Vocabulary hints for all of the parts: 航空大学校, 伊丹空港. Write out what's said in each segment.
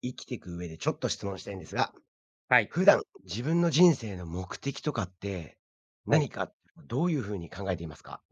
生きていく上でちょっと質問したいんですが、はい。普段自分の人生の目的とかっては何い。かどういうふうに考えていますか？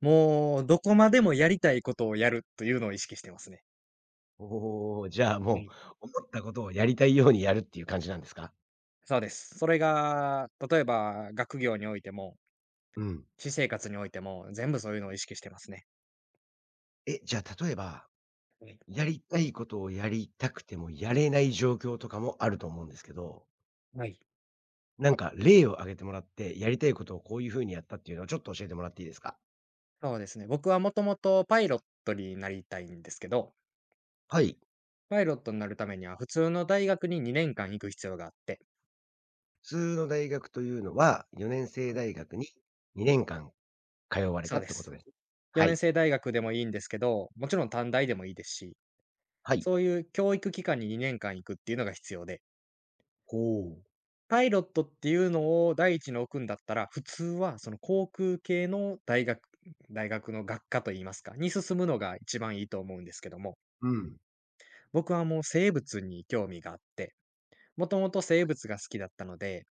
もう、どこまでもやりたいことをやるというのを意識してますね。おお、じゃあはもい。う思ったことをやりたいようにやるっていう感じなんですか？そうです。それが、例えば学業においても、うん。私生活においても、全部そういうのを意識してますね。え、じゃあ例えば、はい。やりたいことをやりたくてもやれない状況とかもあると思うんですけど、はい。なんか例を挙げてもらって、やりたいことをこういうふうにやったっていうのをちょっと教えてもらっていいですか？そうですね。僕はもともとパイロットになりたいんですけど、はい。パイロットになるためには普通の大学に2年間行く必要があって、普通の大学というのは、4年制はい。大学に2年間通われたそうっでてことす。です。は4い。年制大学でもいいんですけど、もちろん短大でもいいですし、はい。そういう教育機関に2年間行くっていうのが必要で、ほう。パイロットっていうのを第一に置くんだったら、普通はその航空系の大学の学科といいますか、に進むのが一番いいと思うんですけども、うん。僕はもう生物に興味があって、もともと生物が好きだったので、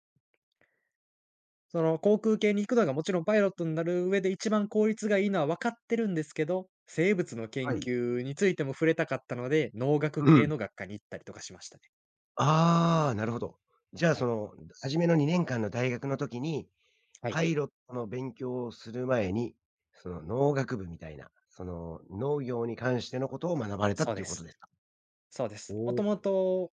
その航空系に行くのがもちろんパイロットになる上で一番効率がいいのは分かってるんですけど、生物のは研い。究についても触れたかったので、農学う系ん。の学科に行ったりとかしましたね。ああ、なるほど。じゃあ、はい。初めの2年間の大学の時に、はい。パイロットの勉強をする前に、その農学部みたいな、その農業に関してのことを学ばれたっそうていでうことです。すか？そうでおす。もともお。と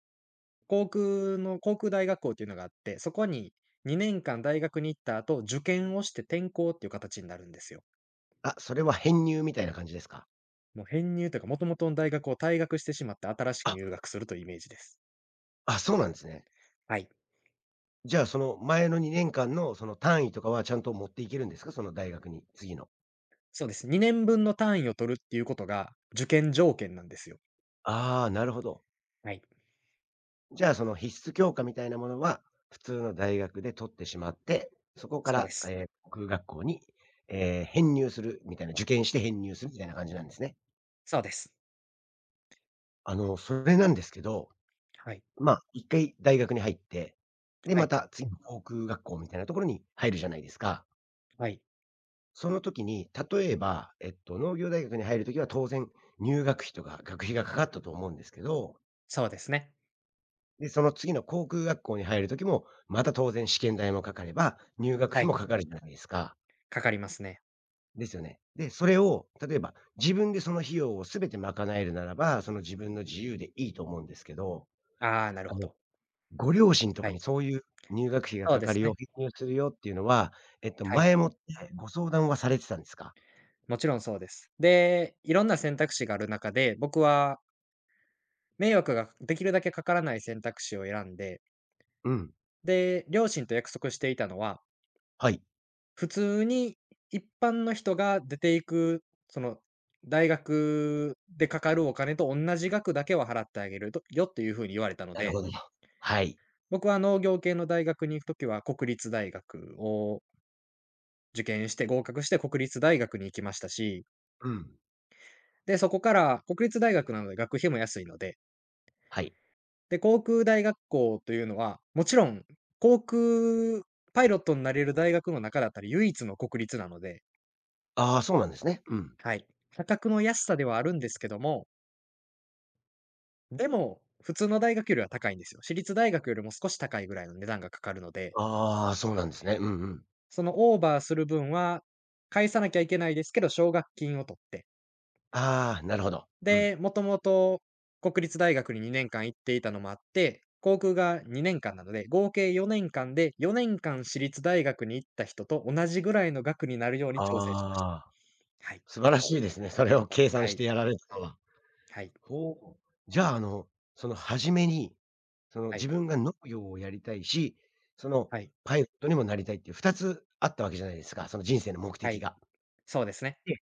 航空大学校っていうのがあって、そこに2年間大学に行った後、受験をして転校っていう形になるんですよ。あ、それは編入みたいな感じですか？もう編入というか、もともとの大学を退学してしまって新しくあ、入学するというイメージです。あ、そうなんですね。はい。じゃあ、その前の2年間のその単位とかはちゃんと持っていけるんですか？その大学に、次の。そうです。2年分の単位を取るっていうことが受験条件なんですよ。ああ、なるほど。はい。じゃあ、その必須教科みたいなものは、普通の大学で取ってしまって、そこかそうでら、す。航空学校に、編入するみたいな、受験して編入するみたいな感じなんですね。そうです。あの、それなんですけど、はい。まあ、一回大学に入って、で、はまい。た次の航空学校みたいなところに入るじゃないですか。はい。その時に、例えば、農業大学に入る時は当然、入学費とか学費がかかったと思うんですけどそうですね。で、その次の航空学校に入る時も、また当然試験代もかかれば、入学は費い。もかかるじゃないですか。かかりますね。ですよね。で、それを例えば自分でその費用を全て賄えるならば、その自分の自由でいいと思うんですけど、ああ、なるあほの、ど。ご両親とはかい。にそういう入学費がそうかでかするね。よ、返入するよっていうのは、はい。前もってご相談はされてたんですか？もちろんそうです。で、いろんな選択肢がある中で、僕は迷惑ができるだけかからない選択肢を選んで、うん、で、両親と約束していたのは、はい、普通に一般の人が出ていく、その、大学でかかるお金と同じ額だけは払ってあげるとよっていうふうに言われたのなるで、ほど。はい。僕は農業系の大学に行くときは国立大学を受験して合格して国立大学に行きましたし、うん、で、そこから国立大学なので学費も安いので、はい。で、航空大学校というのは、もちろん航空パイロットになれる大学の中だったら唯一の国立なので、ああ、そうなんですね。うん。はい。価格の安さではあるんですけども、でも、普通の大学よりは高いんですよ。私立大学よりも少し高いぐらいの値段がかかるので、ああ、そうなんですね。うんうん。そのオーバーする分は返さなきゃいけないですけど、奨学金を取って、ああ、なるほど。うん。で、もともと国立大学に2年間行っていたのもあって、航空が2年間なので、合計4年間で、4年間私立大学に行った人と同じぐらいの額になるように調整しました。ああ、はい。素晴らしいですね。それを計算はしい。てやられたのは。はい。ほう。じゃあ、その初めに、そのはい。自分が農業をやりたいし、そのはい。パイロットにもなりたいっていう2つあったわけじゃないですか、その人生の目は的い。が。そうですね。で、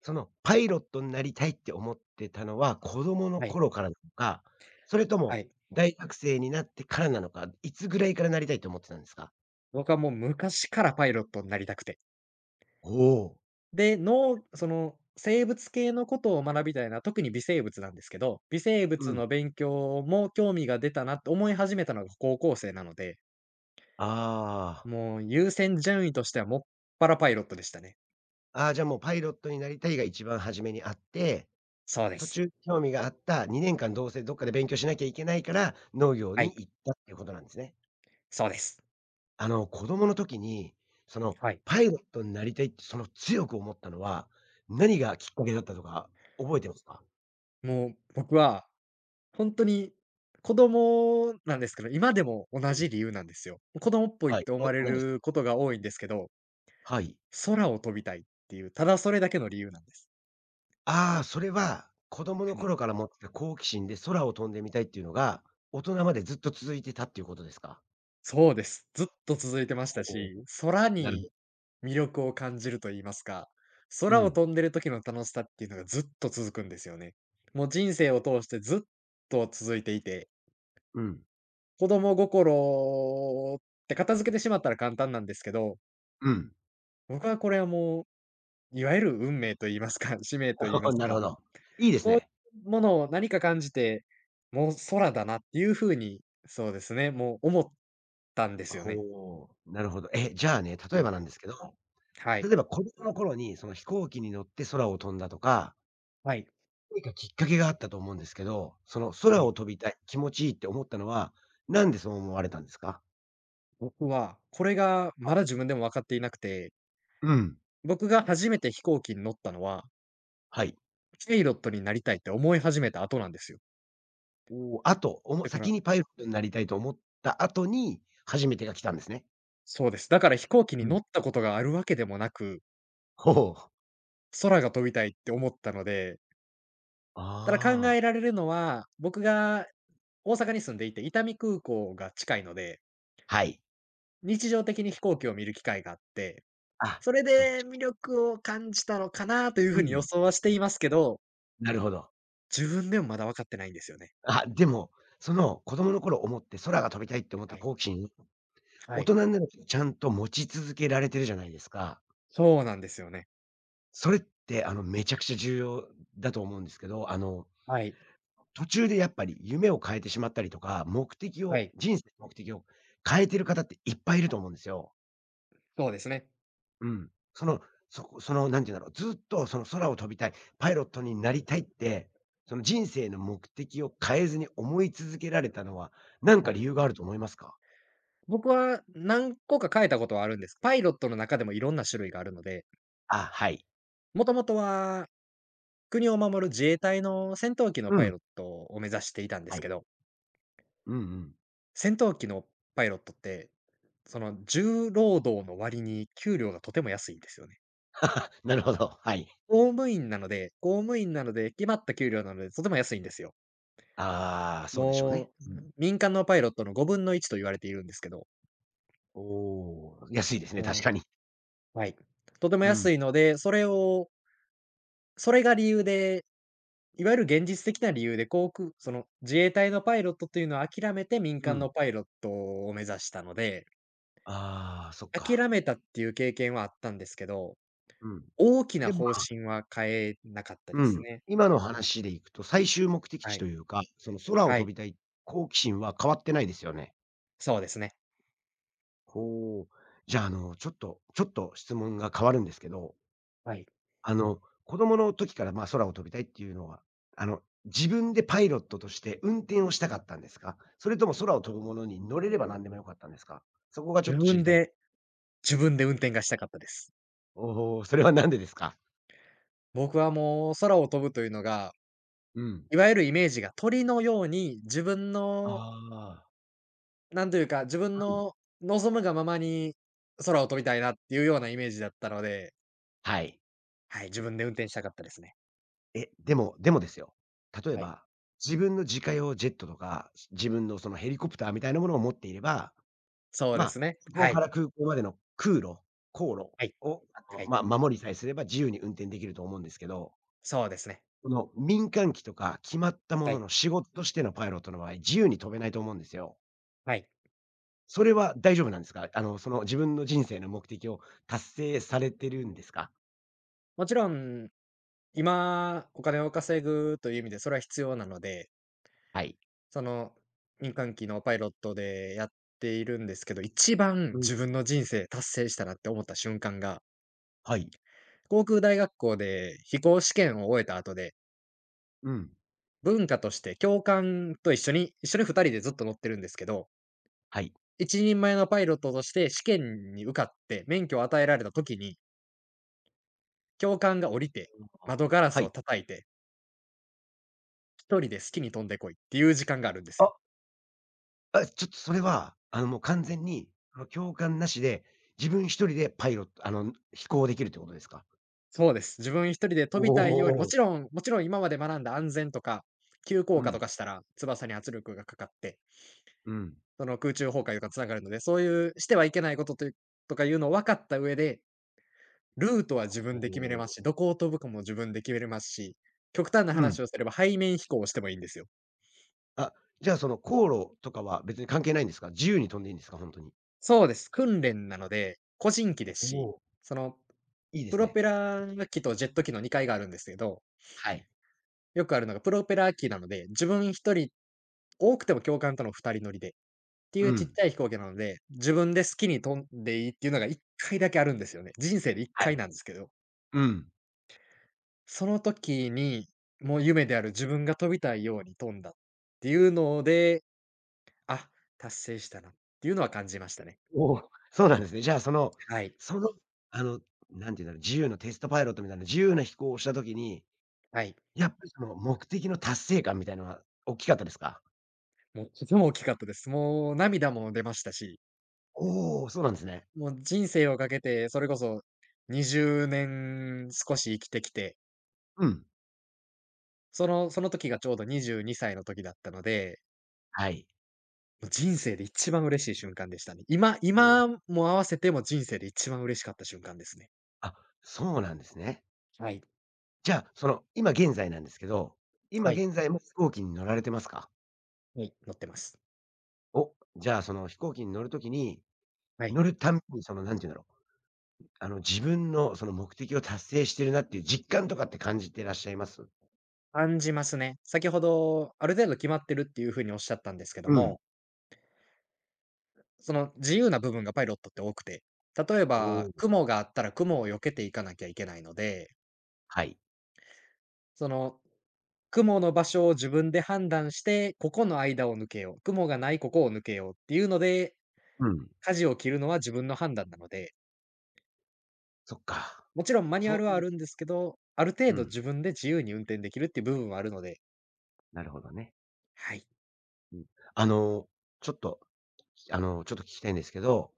そのパイロットになりたいって思ってたのは子供のはい。頃からなのか、それとはもい。大学生になってからなのか、いつぐらいからなりたいと思ってたんですか？僕はもう昔からパイロットになりたくて。おお。で、その、生物系のことを学びたいな、特に微生物なんですけど、微生う物ん。の勉強も興味が出たなって思い始めたのが高校生なので、ああ。もう優先順位としてはもっぱらパイロットでしたね。ああ、じゃあもうパイロットになりたいが一番初めにあってそうで途す。中興味があった2年間どうせどっかで勉強しなきゃいけないから、農業はにい、行ったっていうことなんですね。そうです。子供の時に、その、はい。パイロットになりたいってその強く思ったのは、何がきっかけだったとか覚えてますか？もう僕は本当に子供なんですけど、今でもう同ん、じ理由なんですよ。子供っぽいはっい。て思お、われ何ですか？ることが多いんですけど、はい。空を飛びたいっていう、ただそれだけの理由なんです。ああ、それは子供の頃から持ってた好奇心で空を飛んでみたいっていうのが、大人までずっと続いてたっていうことですか？そうです。ずっと続いてましたおお、し、空なるほど。に魅力を感じると言いますか、う空をん、飛んでる時の楽しさっていうのがずっと続くんですよね。もう人生を通してずっと続いていて、うん、子供心って片付けてしまったら簡単なんですけど、うん。僕はこれはもう、いわゆる運命と言いますか、使命と言いま すなるほか、ど。いいですそういね。うものを何か感じて、もう空だなっていう風に、そうですね、もう思ったんですよね。ほう、なるほど。え、じゃあね、例はえばい。なんですけど、はい。例えば子供の頃にその飛行機に乗って空を飛んだとか、はい。何かきっかけがあったと思うんですけど、その空を飛びたい、気持ちいいって思ったのは、なんでそう思われたんですか？僕は、これがまだ自分でも分かっていなくて、うん、僕が初めて飛行機に乗ったのは、はい。パイロットになりたいって思い始めた後なんですよ。おお、あと、おもだか先らにパイロットになりたいと思った後に、初めてが来たんですね。そうです。だから飛行機うに乗ん。ったことがあるわけでもなく、ほう。空が飛びたいって思ったので、ただ考ああ、えられるのは、僕が大阪に住んでいて、伊丹空港が近いので、はい。日常的に飛行機を見る機会があって、あ、それそっでち、魅力を感じたのかなというう風に予ん。想はしていますけど、なるほど。自分でもまだ分かってないんですよね。あ、でも、その子供の頃思って空が飛びたいって思ったはい。好奇心、は大い。人になるとちゃんと持ち続けられてるじゃないですか。そうなんですよね。それって、めちゃくちゃ重要だと思うんですけど、はい、途中でやっぱり夢を変えてしまったりとか、目的はを、い。人生の目的を変えてる方っていっぱいいると思うんですよ。そうですね。うん。その、そこその、なんて言うんだろう、ずっとその空を飛びたい、パイロットになりたいって、その人生の目的を変えずに思い続けられたのは、なんかは理い。由があると思いますか？僕は何個か変えたことはあるんです。パイロットの中でもいろんな種類があるので、あ、はい。もともとは国を守る自衛隊の戦闘機のうパイん。ロットを目指していたんではすけい。ど、うんうん。戦闘機のパイロットって、その重労働の割に給料がとても安いんですよね。なるほど、はい。公務員なので、決まった給料なのでとても安いんですよ。ああ、そうでしょうね。もう、うん。民間のパイロットの5分の1と言われているんですけど。おお。安いですね、確かに。はい。とてもうん。安いので、それを、それが理由で、いわゆる現実的な理由で、航空その、自衛隊のパイロットというのを諦めて民う間ん。のパイロットを目指したので、ああ、そっ諦か。めたっていう経験はあったんですけど、うん。大きなで、ま方あ、針は変えなかったうですん、ね。今の話でいくと、最終目的は地とい。いうか、その空をは飛い。びたい好奇心は変わってないですよね。そうですね。ほう。じゃあ、ちょっとちょっと質問が変わるんですけど、はい。あの、子供の時から、ま、空を飛びたいっていうのは、自分でパイロットとして運転をしたかったんですか？それとも空を飛ぶものに乗れれば何でもよかったんですか？そこがちょっ自と知り分たいんです。で自分で運転がしたかったです。おお、それはなんでですか？僕はもう空を飛ぶというのが、うん。いわゆるイメージが鳥のように自分あのあ。なんというか、自分うん。の望むがままに空を飛びたいなっていうようなイメージだったので、はい。はい、自分で運転したかったですね。え、でもでもですよ、例えはい。ば、自分の自家用ジェットとか、自分のそのヘリコプターみたいなものを持っていれば、そうまであ、すね。そこはかい。ら空港までの航路はい。を、はい。ま、守りさえすれば自由に運転できると思うんですけど、そうですね。この民間機とか決まったもはのい。の仕事としてのパイロットの場合、自由に飛べないと思うんですよ。はい。それは大丈夫なんですか？その自分の人生の目的を達成されてるんですか？もちろん、今、お金を稼ぐという意味でそれは必要なので、はい。その、民間機のパイロットでやっているんですけど、一番うん、自分の人生達成したなって思った瞬間が、はい。航空大学校で飛行試験を終えた後でうん。文化として教官と一緒に二人でずっと乗ってるんですけど、はい。一人前のパイロットとして試験に受かって免許を与えられた時に、教官が降りて、ああ、窓ガラはスをい。叩いて、一人で好きに飛んでこいっていう時間があるんですよ。あ、あ、ちょっとそれは、もう完は全い。に、共感なしで、自分一人でパイロットあの、飛行できるってことですか？そうです。自分一人でお飛びたいように、もお。ちろんもちろん今まで学んだ安全とか、急う降下ん、とかしたら、翼に圧力がかかって、うん。その空中崩壊とかつながるので、そういうしてはいけないことというとかいうのを分かった上でルートは自お分で決めれますし、お。どこを飛ぶかも自分で決めれますし、極端なう話ん。をすれば背面飛行をしてもいいんですよ。あ、じゃあ、その航路とかは別に関係ないんですか？自由に飛んでいいんですか？ほんとに。そうです。訓練なので、個人機ですおし、お。その、いいでプすロね。ペラ機とジェット機の2階があるんですけど、はい。よくあるのがプロペラ機なので、自分1人、多くても教官との2人乗りでっていううちっん。ちゃい飛行機なので、自分で好きに飛んでいいっていうのが1回だけあるんですよね。人生で1は回い。なんですけど、うん。その時に、もう夢である自分が飛びたいように飛んだっていうので、あ、達成したなっていうのは感じましたね。おお。そうなんですね。じゃあ、はい。その、あの、なんて言うんだろう、自由のテストパイロットみたいな自由な飛行をした時に、はい。やっぱりその目的の達成感みたいのは大きかったですか？もうとても大きかったです。もう涙も出ましたし、おお、そうなんですね。もう人生をかけて、それこそ20年少し生きてきて、うん。その時がちょうど22歳の時だったので、はい。もう人生で一番嬉しい瞬間でしたね。今おお。今も合わせても人生で一番嬉しかった瞬間ですね。あ、そうなんですね。はい。じゃあ、その今現在なんですけど、今はい。現在も飛行機に乗られてますか？はい、乗ってます。お、じゃあその飛行機に乗るときに、はい。乗るたんびにその何て言うんだろう、あの自分のその目的を達成してるなっていう実感とかって感じてらっしゃいます？感じますね。先ほど、ある程度決まってるっていう風におっしゃったんですけどうん。も、その、自由な部分がパイロットって多くて、例えおば、お、雲があったら雲を避けていかなきゃいけないので、はい。その、雲の場所を自分で判断して、ここの間を抜けよう、雲がないここを抜けようっていうので、うん。舵を切るのは自分の判断なので、そっか。もちろんマニュそアルうはあいう、るんですけど、あるう程度ん、自分で自由に運転できるっていう部分はあるので、なるほどね。はい。うん。あの、ちょっとあの、ちょっと聞きたいんですけど、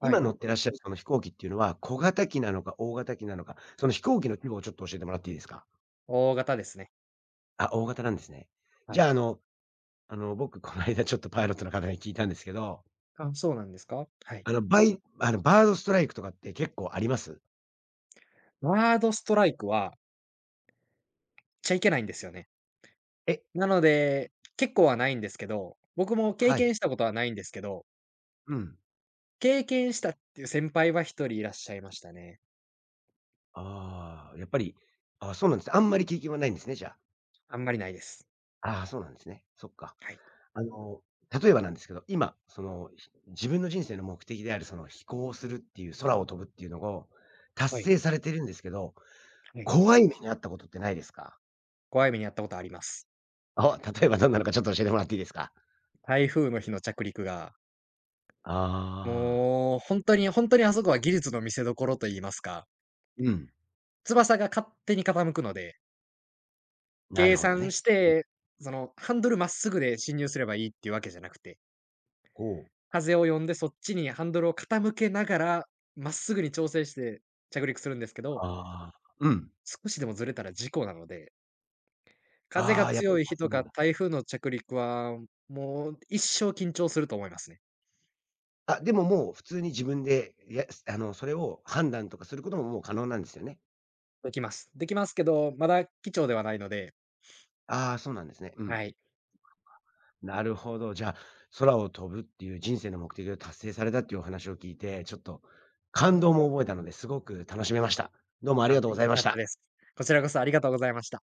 は今い。乗ってらっしゃるその飛行機っていうのは、小型機なのか大型機なのか、その飛行機の規模をちょっと教えてもらっていいですか？大型ですね。あ、大型なんですね。はじゃい。あ、あの、僕この間ちょっとパイロットの方に聞いたんですけど、あ、そうなんですか？はい。あの、バードストライクとかって結構あります？ワードストライクは、っちゃいけないんですよね。え、なので、結構はないんですけど、僕も経はい。験したことはないんですけど、うん。経験したっていう先輩は一人いらっしゃいましたね。ああ、やっぱり、あ、そうなんですね。あんまり経験はないんですね、じゃあんまりないです。あ。ああ、そうなんですね。そっか。はい。あの、例えばなんですけど、今、自分の人生の目的である、その、飛行をするっていう、空を飛ぶっていうのを達はい。成されてるんですけど、はい。怖い目に遭ったことってないですか？怖い目に遭ったことあります。あ、例えばどんなのかちょっと教えてもらっていいですか？台風の日の着陸が、ああ。もうほんとにほんとにあそこは技術の見せ所と言いますか、うん、翼が勝手に傾くので、なる計ほど算ね。しうん。て、そのハンドルまっすぐで進入すればいいっていうわけじゃなくて、こう。風を読んでそっちにハンドルを傾けながら、まっすぐに調整して着陸するんですけど、ああ、うん。少しでもずれたら事故なので、風あがあ、やっぱり強い日風となんかだ。台風の着陸は、もう一生緊張すると思いますね。あ、でももう普通に自分で、あの、それを判断とかすることももう可能なんですよね。できます。できますけど、まだ機長ではないので、ああ、そうなんですね。うん。はい。なるほど。じゃあ、空を飛ぶっていう人生の目的を達成されたっていうお話を聞いて、ちょっと感動も覚えたので、すごく楽しめました。どうもありあ、がとうござい良まかしったた。です。こちらこそありがとうございました。